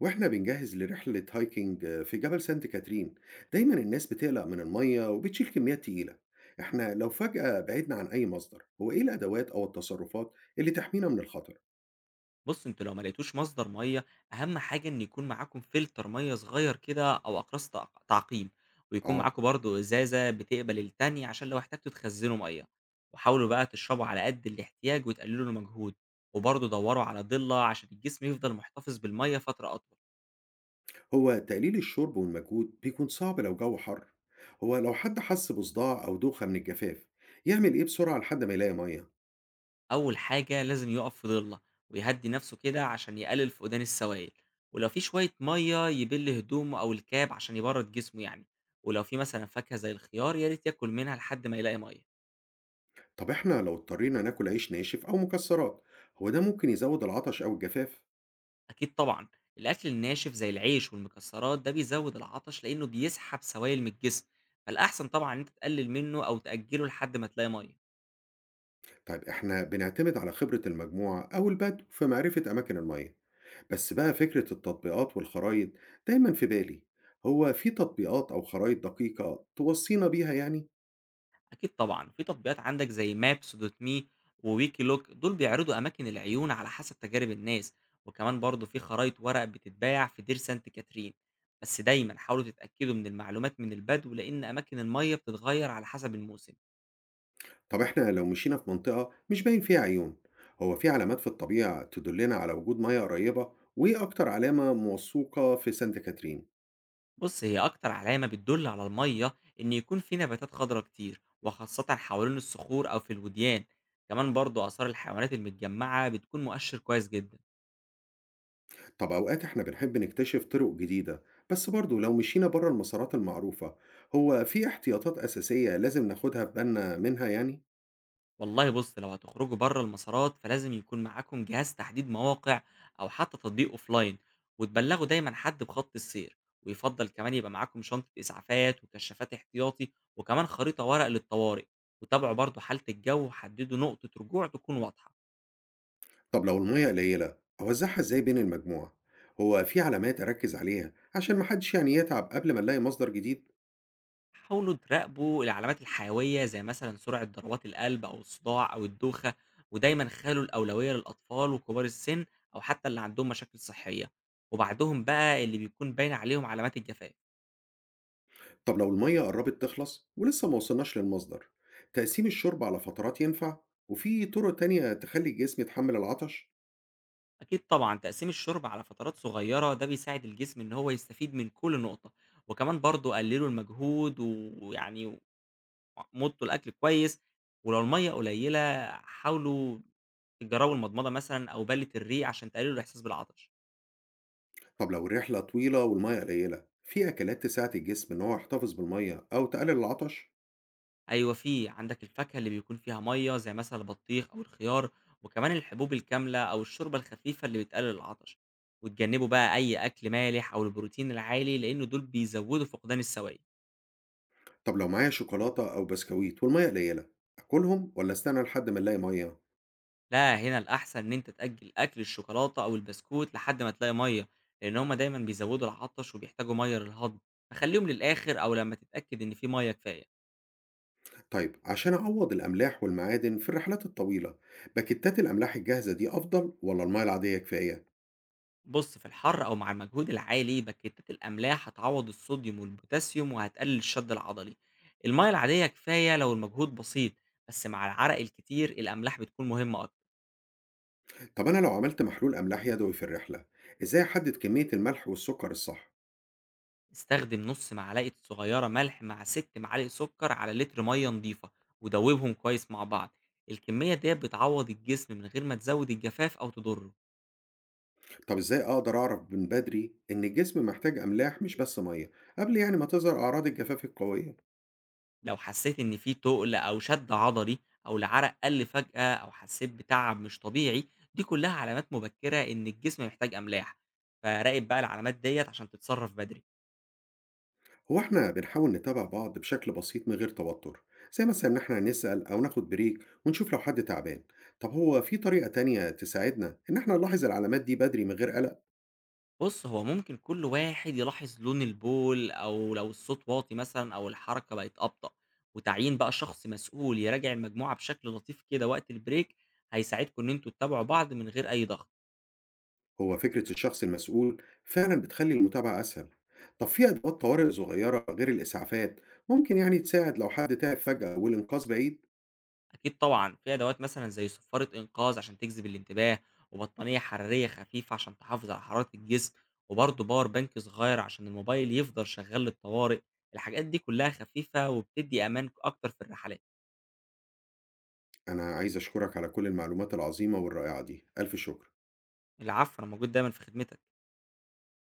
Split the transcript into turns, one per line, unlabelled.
واحنا بنجهز لرحلة هايكنج في جبل سانت كاترين. دايما الناس بتقلق من المية وبتشيل كميات تقيلة. احنا لو فجأة بعدنا عن اي مصدر، هو ايه الادوات او التصرفات اللي تحمينا من الخطر؟
بُص، أنتم لو ما لقيتوش مصدر مَيّة، أهم حاجة إن يكون معاكم فلتر مَيّة صغير كده أو أقراص تعقيم، ويكون
اه.
معاكم برضه إزازة بتقبل التانية عشان لو احتجتوا تخزّنوا مَيّة، وحاولوا بقى تشربوا على قد الاحتياج وتقللوا المجهود، وبرضه دوروا على ضِلّة عشان الجسم يفضل محتفظ بالمَيّة فترة أطول.
هو تقليل الشرب والمجهود بيكون صعب لو جو حر. هو لو حد حس بصداع او دوخة من الجفاف يعمل ايه بسرعة لحد ما يلاقي مية؟
أول حاجة لازم يُقف في ضِلّة ويهدّي نَفْسه كده عشان يقلل فقدان السوائل، ولو في شوية مَيّة يبِل هدومه أو الكاب عشان يبرّد جسمه يعني، ولو في مثلًا فاكهة زي الخيار يا ريت ياكل منها لحد ما يلاقي مَيّة.
طب احنا لو اضطرينا ناكل عيش ناشف او مكسرات، هو ده ممكن يزود العطش او الجفاف؟
أكيد طبعًا، الأكل الناشف زي العيش والمكسرات ده بيزوّد العطش لإنه بيسحب سوائل من الجسم، فالأحسن طبعًا إن أنت تقلل منه أو تأجله لحد ما تلاقي مَيّة.
طيب إحنا بنعتمد على خبرة المجموعة أو البدو في معرفة أماكن المية، بس بقى فكرة التطبيقات والخرايط دايما في بالي، هو في تطبيقات أو خرايط دقيقة توصينا بيها يعني؟
أكيد طبعًا، في تطبيقات عندك زي maps.me وwikiloc دول بيعرضوا أماكن العيون على حسب تجارب الناس، وكمان برضه في خرايط ورق بتتباع في دير سانت كاترين، بس دايمًا حاولوا تتأكدوا من المعلومات من البدو لإن أماكن المَيّة بتتغير على حسب الموسم.
طب إحنا لو مشينا في منطقة مش باين فيها عيون، هو في علامات في الطبيعة تدلنا على وجود مية قريبة؟ وإيه أكتر علامة موثوقة في سانت كاترين؟
بص، هي أكتر علامة بتدل على المية إن يكون في نباتات خضراء كتير وخاصة حوالين الصخور أو في الوديان. كمان برضو آثار الحيوانات المتجمعة بتكون مؤشر كويس جدا.
طب أوقات إحنا بنحب نكتشف طرق جديدة، بس برضه لو مشينا بره المسارات المعروفة، هو في احتياطات أساسية لازم ناخدها في بالنا منها يعني؟
والله بص، لو هتخرجوا بره المسارات فلازم يكون معاكم جهاز تحديد مواقع أو حتى تطبيق أوفلاين، وتبلغوا دايما حد بخط السير، ويفضل كمان يبقى معاكم شنطة إسعافات وكشافات احتياطي وكمان خريطة ورق للطوارئ، وتابعوا برضو حالة الجو وحددوا نقطة رجوع تكون واضحة.
طب لو المية قليلة أوزعها إزاي بين المجموعة؟ هو في علامات أركز عليها عشان محدش يعني يتعب قبل ما نلاقي مصدر جديد؟
حاولوا تراقبوا العلامات الحيوية زي مثلا سرعة ضربات القلب أو الصداع أو الدوخة، ودايما خلوا الأولوية للأطفال وكبار السن أو حتى اللي عندهم مشاكل صحية، وبعدهم بقى اللي بيكون باين عليهم علامات الجفاف.
طب لو المية قربت تخلص ولسه ما وصلناش للمصدر، تقسيم الشرب على فترات ينفع؟ وفي طرق تانية تخلي الجسم يتحمل العطش؟
أكيد طبعا، تقسيم الشرب على فترات صغيرة ده بيساعد الجسم إن هو يستفيد من كل نقطة، وكمان برضه قللوا المجهود، ويعني مطوا الأكل كويس، ولو المية قليلة حاولوا تجربوا المضمضة مثلا أو بلة الريق عشان تقللوا الإحساس بالعطش.
طب لو الرحلة طويلة والمية قليلة، في أكلات تساعد الجسم إن هو يحتفظ بالمية أو تقلل العطش؟
أيوه في، عندك الفاكهة اللي بيكون فيها مَيّة زي مثلًا البطيخ أو الخيار، وكمان الحبوب الكاملة أو الشوربة الخفيفة اللي بتقلل العطش، وتجنبوا بقى أي أكل مالح أو البروتين العالي لإن دول بيزودوا فقدان السوائل.
طب لو معايا شوكولاتة أو بسكويت والمية قليلة، أكلهم ولا أستنى لحد ما نلاقي مية؟
لا، هنا الأحسن إن أنت تأجل أكل الشوكولاتة أو البسكوت لحد ما تلاقي مَيّة، لإن هُم دايمًا بيزودوا العطش وبيحتاجوا مَيّة للهضم، فخلّيهم للآخر أو لمّا تتأكد إن في مَيّة كفاية.
طيب عشان أعوض الأملاح والمعادن في الرحلات الطويلة، باكتات الأملاح الجاهزة دي أفضل ولا المية العادية كفاية؟
بص، في الحر أو مع المجهود العالي بكتات الأملاح هتعوض الصوديوم والبوتاسيوم وهتقلل الشد العضلي. المية العادية كفاية لو المجهود بسيط، بس مع العرق الكتير الأملاح بتكون مهمة أكتر.
طب أنا لو عملت محلول أملاح يدوي في الرحلة، إزاي أحدد كمية الملح والسكر الصح؟
استخدم نص معلقة صغيرة ملح مع 6 معالق سكر على لتر مية نضيفة ودوبهم كويس مع بعض. الكمية دي بتعوض الجسم من غير ما تزود الجفاف أو تضره.
طب إزاي أقدر أعرف من بدري إن الجسم محتاج أملاح مش بس مية، قبل يعني ما تظهر أعراض الجفاف القوية؟
لو حسيت إن في تُقل أو شد عضلي أو العرق قَلّ فجأة أو حسيت بتعب مش طبيعي، دي كلها علامات مبكرة إن الجسم محتاج أملاح، فراقب بقى العلامات ديّة عشان تتصرف بدري.
هو إحنا بنحاول نتابع بعض بشكل بسيط من غير توتر، زي مثلا إن إحنا نسأل أو ناخد بريك ونشوف لو حد تعبان. طب هو في طريقة تانية تساعدنا إن إحنا نلاحظ العلامات دي بدري من غير قلق؟
بُص، هو ممكن كل واحد يلاحظ لون البول أو لو الصوت واطي مثلًا أو الحركة بقت أبطأ، وتعيين بقى شخص مسؤول يراجع المجموعة بشكل لطيف كده وقت الbreak هيساعدكم إن أنتم تتابعوا بعض من غير أي ضغط.
هو فكرة الشخص المسؤول فعلا بتخلي المتابعة أسهل. طب في أدوات طوارئ صغيرة غير الإسعافات ممكن يعني تساعد لو حد تعب فجأة والإنقاذ بعيد؟
أكيد طبعًا، في أدوات مثلًا زي صفارة إنقاذ عشان تجذب الانتباه، وبطانية حرارية خفيفة عشان تحافظ على حرارة الجسم، وبرضه باور بانك صغير عشان الموبايل يفضل شغال للطوارئ، الحاجات دي كلها خفيفة وبتدّي أمان أكتر في الرحلات.
أنا عايز أشكرك على كل المعلومات العظيمة والرائعة دي، ألف شكر.
العفو، أنا موجود دايمًا في خدمتك.